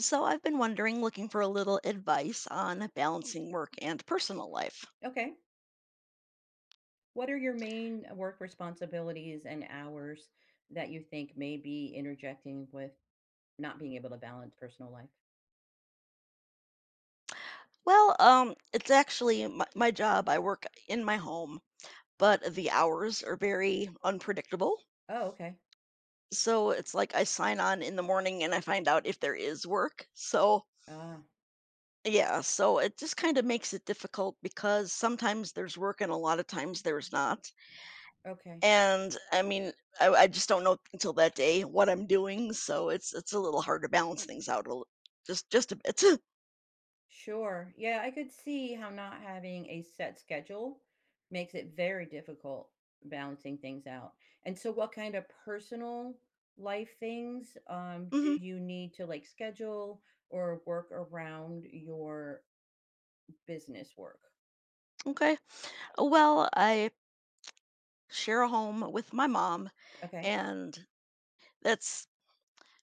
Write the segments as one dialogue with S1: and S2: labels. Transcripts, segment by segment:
S1: So I've been wondering, looking for a little advice on balancing work and personal life.
S2: Okay. What are your main work responsibilities and hours that you think may be interjecting with not being able to balance personal life?
S1: Well, it's actually my job. I work in my home, but the hours are very unpredictable.
S2: Oh, okay.
S1: So it's like I sign on in the morning and I find out if there is work. So
S2: Ah,
S1: yeah, so it just kind of makes it difficult because sometimes there's work and a lot of times there's not.
S2: okay.
S1: And I just don't know until that day what I'm doing, so it's a little hard to balance things out just a bit.
S2: Sure. Yeah, I could see how not having a set schedule makes it very difficult balancing things out. And so what kind of personal life things do
S1: hmm
S2: you need to like schedule or work around your business work?
S1: okay. Well, I share a home with my mom,
S2: Okay.
S1: and that's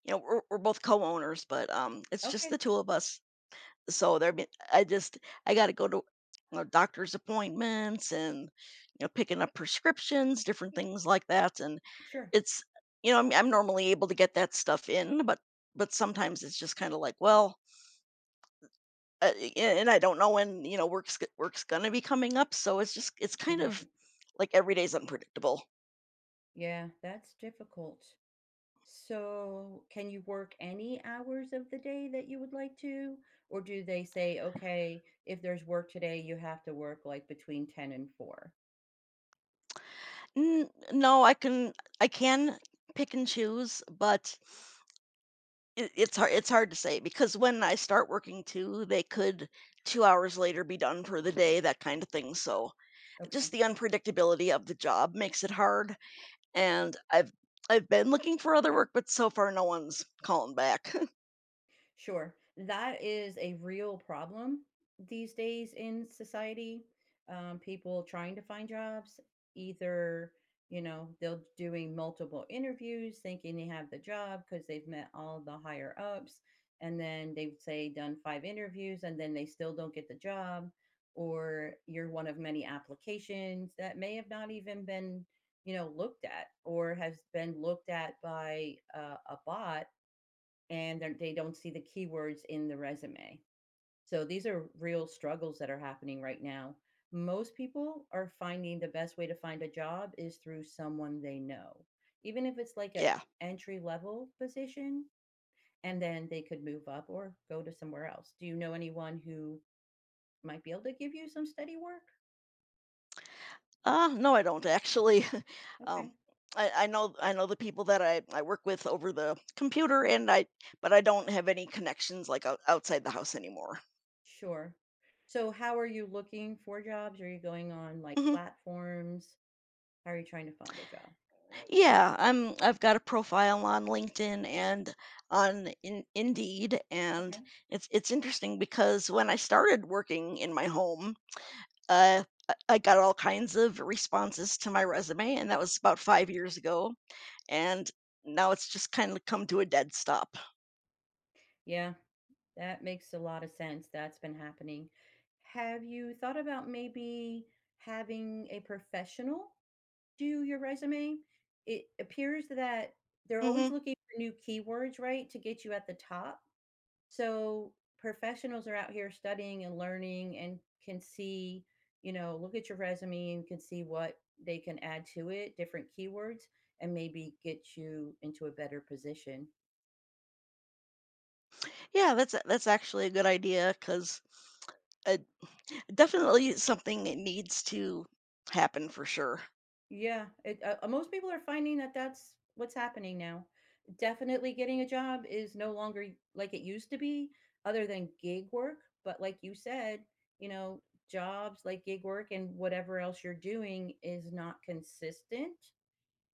S1: we're both co-owners, but it's just
S2: Okay.
S1: the two of us. So there, be- I just I got to go to, you know, doctor's appointments and, you know, picking up prescriptions, different things like that, and
S2: Sure.
S1: It's you know, I'm normally able to get that stuff in, but sometimes it's just kinda like, well, a and I don't know when, you know, work's gonna be coming up, so it's kind of
S2: Right.
S1: like every day's unpredictable.
S2: Yeah, that's difficult. So, can you work any hours of the day that you would like to? Or do they say, okay, if there's work today, you have to work like between 10 and 4?
S1: N No, I can, I can pick and choose, but it's hard to say because when I start working too, they could 2 hours later be done for the day, that kind of thing, so just
S2: Okay.
S1: the unpredictability of the job makes it hard. And I've been looking for other work, but so far no one's calling back.
S2: Sure. That is a real problem these days in society. People trying to find jobs, either, you know, they're doing multiple interviews thinking they have the job because they've met all the higher ups. And then they've, say, done five interviews and then they still don't get the job. Or you're one of many applications that may have not even been, you know, looked at or has been looked at by a bot and they don't see the keywords in the resume. So these are real struggles that are happening right now. Most people are finding the best way to find a job is through someone they know. Even if it's like an
S1: Yeah.
S2: entry level position and then they could move up or go to somewhere else. Do you know anyone who might be able to give you some steady work?
S1: No, I don't actually.
S2: Okay.
S1: Um, I know, the people that I work with over the computer, and I but I don't have any connections like outside the house anymore.
S2: Sure. So how are you looking for jobs? Are you going on like
S1: Mhm.
S2: platforms? How are you trying to find a job?
S1: I've got a profile on LinkedIn and Indeed,
S2: Okay.
S1: and it's interesting because when I started working in my home, I got all kinds of responses to my resume, and that was about 5 years ago, and now it's just kinda come to a dead stop.
S2: Yeah. That makes a lot of sense. That's been happening. Have you thought about maybe having a professional do your resume? It appears that they're always
S1: Mhm.
S2: looking for new keywords, right, to get you at the top. So professionals are out here studying and learning and can see, you know, look at your resume and can see what they can add to it, different keywords, and maybe get you into a better position.
S1: That's actually a good idea 'cause it definitely something that needs to happen for sure.
S2: Yeah, it most people are finding that that's what's happening now. Definitely getting a job is no longer like it used to be, other than gig work. But like you said, you know, jobs like gig work and whatever else you're doing is not consistent,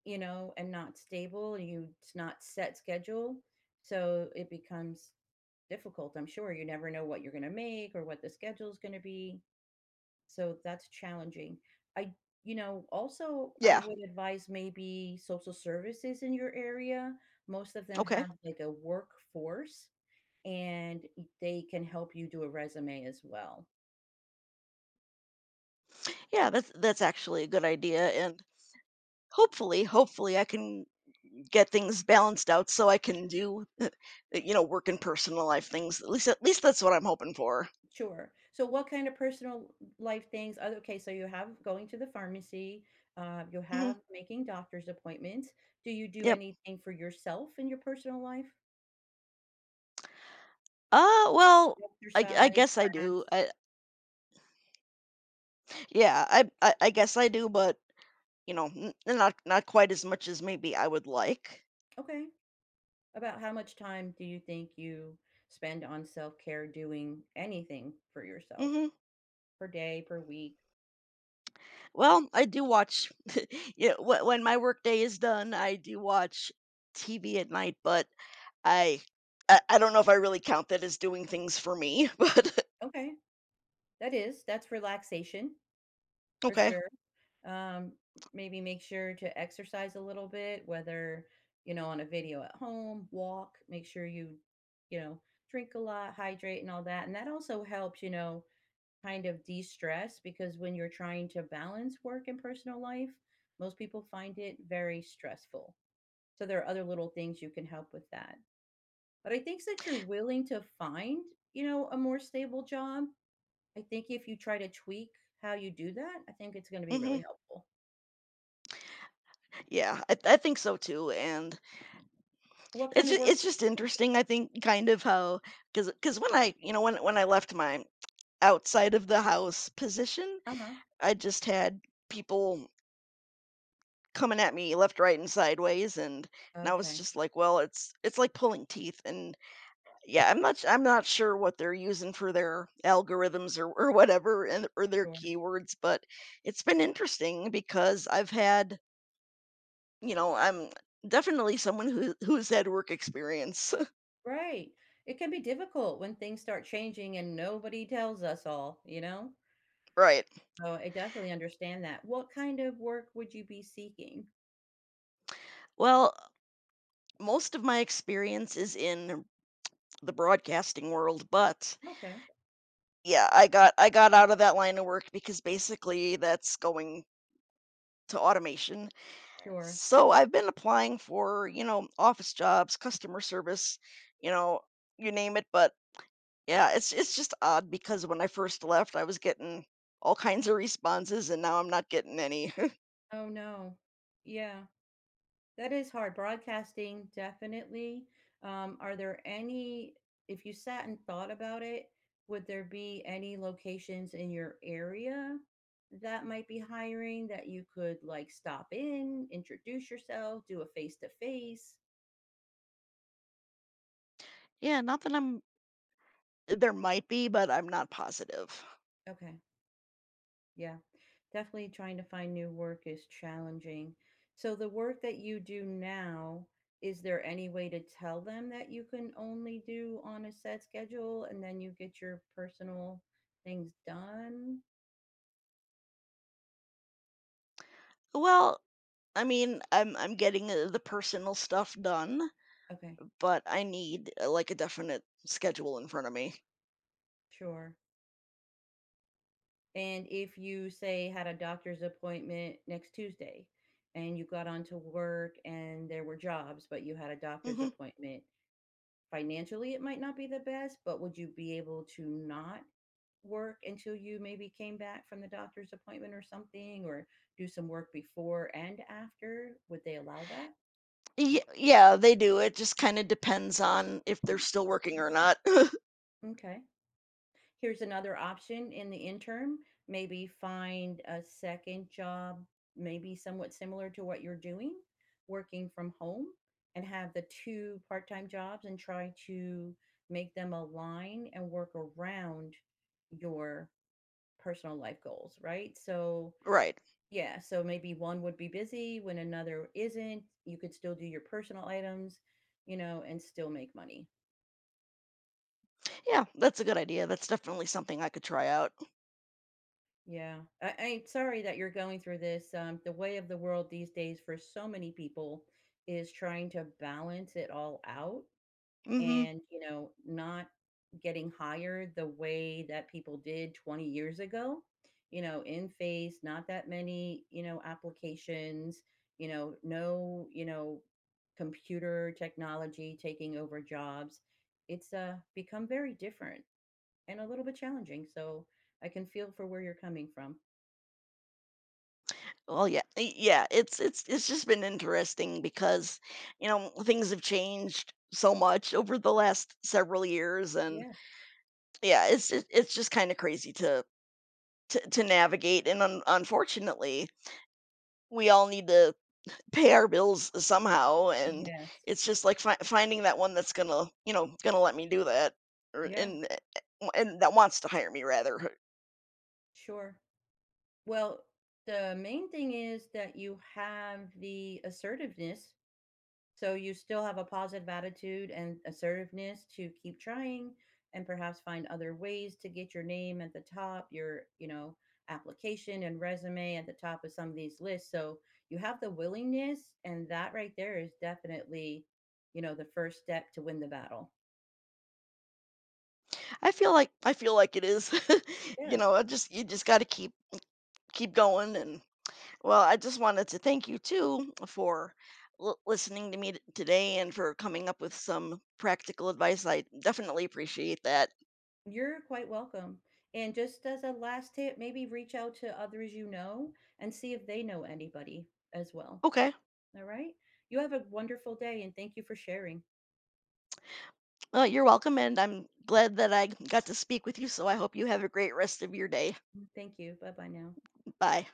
S2: you know, and not stable. And You it's not set schedule, so it becomes difficult. I'm sure you never know what you're going to make or what the schedule's going to be. So that's challenging. I Also, I
S1: Yeah,
S2: would advise maybe social services in your area. Most of them
S1: okay.
S2: have like a workforce and they can help you do a resume as well.
S1: Yeah, that's actually a good idea, and hopefully, I can get things balanced out so I can do, you know, work and personal life things. At least that's what I'm hoping for.
S2: Sure. So what kind of personal life things? Okay, so you have going to the pharmacy, you
S1: Mhm.
S2: have making doctor's appointments. Do you do
S1: Yep.
S2: anything for yourself in your personal life?
S1: Well, I
S2: Exercise,
S1: guess I do.
S2: crafts?
S1: I yeah, I guess I do, but, you know, n not quite as much as maybe I would like.
S2: Okay. About how much time do you think you spend on self-care doing anything for yourself?
S1: Mhm.
S2: Per day, per week?
S1: Well, I do watch yeah, when my workday is done, I do watch TV at night, but I I don't know if I really count that as doing things for me.
S2: Okay, that is that's relaxation for
S1: Okay.
S2: sure. Um, maybe make sure to exercise a little bit, whether, you know, on a video at home, walk, make sure you, you know, drink a lot, hydrate and all that, and that also helps, you know, kind of de-stress because when you're trying to balance work and personal life, most people find it very stressful. So there are other little things you can help with that. But I think that you're willing to find, you know, a more stable job, I think if you try to tweak how you do that, I think it's gonna be really
S1: Mhm.
S2: helpful.
S1: Yeah, I think so too, and
S2: What kind of work are
S1: it's just
S2: you looking
S1: interesting,
S2: for?
S1: I think, kind of how because when when I left my outside of the house position,
S2: Uh-huh.
S1: I just had people coming at me left, right, and sideways, and I was
S2: Okay,
S1: just like, well, it's like pulling teeth, and yeah, I'm not sure what they're using for their algorithms or whatever, and or their
S2: sure.
S1: keywords, but it's been interesting because I've had, you know, I'm definitely someone who's had work experience,
S2: Right. It can be difficult when things start changing and nobody tells us all, you know?
S1: right?
S2: So I definitely understand that. What kind of work would you be seeking?
S1: Well, most of my experience is in the broadcasting world, but
S2: Okay,
S1: yeah, I got out of that line of work because basically that's going to automation.
S2: sure.
S1: So I've been applying for, you know, office jobs, customer service, you know, you name it, but yeah, it's just odd because when I first left, I was getting all kinds of responses and now I'm not getting any.
S2: Oh no. Yeah. That is hard. Broadcasting, definitely. Are there any, if you sat and thought about it, would there be any locations in your area that might be hiring that you could like stop in, introduce yourself, do a face to face?
S1: Yeah, not that I'm there might be, but I'm not positive.
S2: Okay. Yeah, definitely trying to find new work is challenging. So the work that you do now, is there any way to tell them that you can only do on a set schedule and then you get your personal things done?
S1: Well, I mean, I'm getting the personal stuff done,
S2: Okay,
S1: but I need like a definite schedule in front of me.
S2: sure. And if you say had a doctor's appointment next Tuesday and you got onto work and there were jobs, but you had a doctor's
S1: Mhm.
S2: appointment, financially it might not be the best, but would you be able to not work until you maybe came back from the doctor's appointment or something, or do some work before and after? Would they allow that?
S1: Ye Yeah, they do, it just kinda depends on if they're still working or not.
S2: Okay. Here's another option in the interim. Maybe find a second job, maybe somewhat similar to what you're doing, working from home, and have the two-part time jobs and try to make them align and work around your personal life goals, right? So,
S1: Right.
S2: yeah, so maybe one would be busy when another isn't. You could still do your personal items, you know, and still make money.
S1: Yeah, that's a good idea, that's definitely something I could try out.
S2: Yeah. I'm sorry that you're going through this. The way of the world these days for so many people is trying to balance it all out.
S1: Mhm.
S2: And, you know, not getting hired the way that people did 20 years ago, you know, in face, not that many, you know, applications, you know, no, you know, computer technology taking over jobs. It's become very different and a little bit challenging. So I can feel for where you're coming from.
S1: Well, yeah y yeah, it's it's just been interesting because, you know, things have changed so much over the last several years, and,
S2: Yes.
S1: yeah, it's just kinda crazy to to navigate, and un unfortunately, we all need to pay our bills somehow, and
S2: Yes.
S1: it's just like finding that one that's gonna, you know, gonna let me do that or
S2: Yeah.
S1: and that wants to hire me rather.
S2: Sure. Well, the main thing is that you have the assertiveness. So you still have a positive attitude and assertiveness to keep trying and perhaps find other ways to get your name at the top, your, you know, application and resume at the top of some of these lists. So you have the willingness and that right there is definitely, you know, the first step to win the battle.
S1: I feel like it is. You
S2: Yes.
S1: know, I just you just got to keep keep going. And, well, I just wanted to thank you too for listening to me today and for coming up with some practical advice. I definitely appreciate that.
S2: You're quite welcome. And just as a last tip, maybe reach out to others you know and see if they know anybody as well.
S1: Okay,
S2: All right? You have a wonderful day and thank you for sharing.
S1: well, you're welcome and I'm glad that I got to speak with you, so I hope you have a great rest of your day.
S2: Thank you. Bye bye now.
S1: Bye.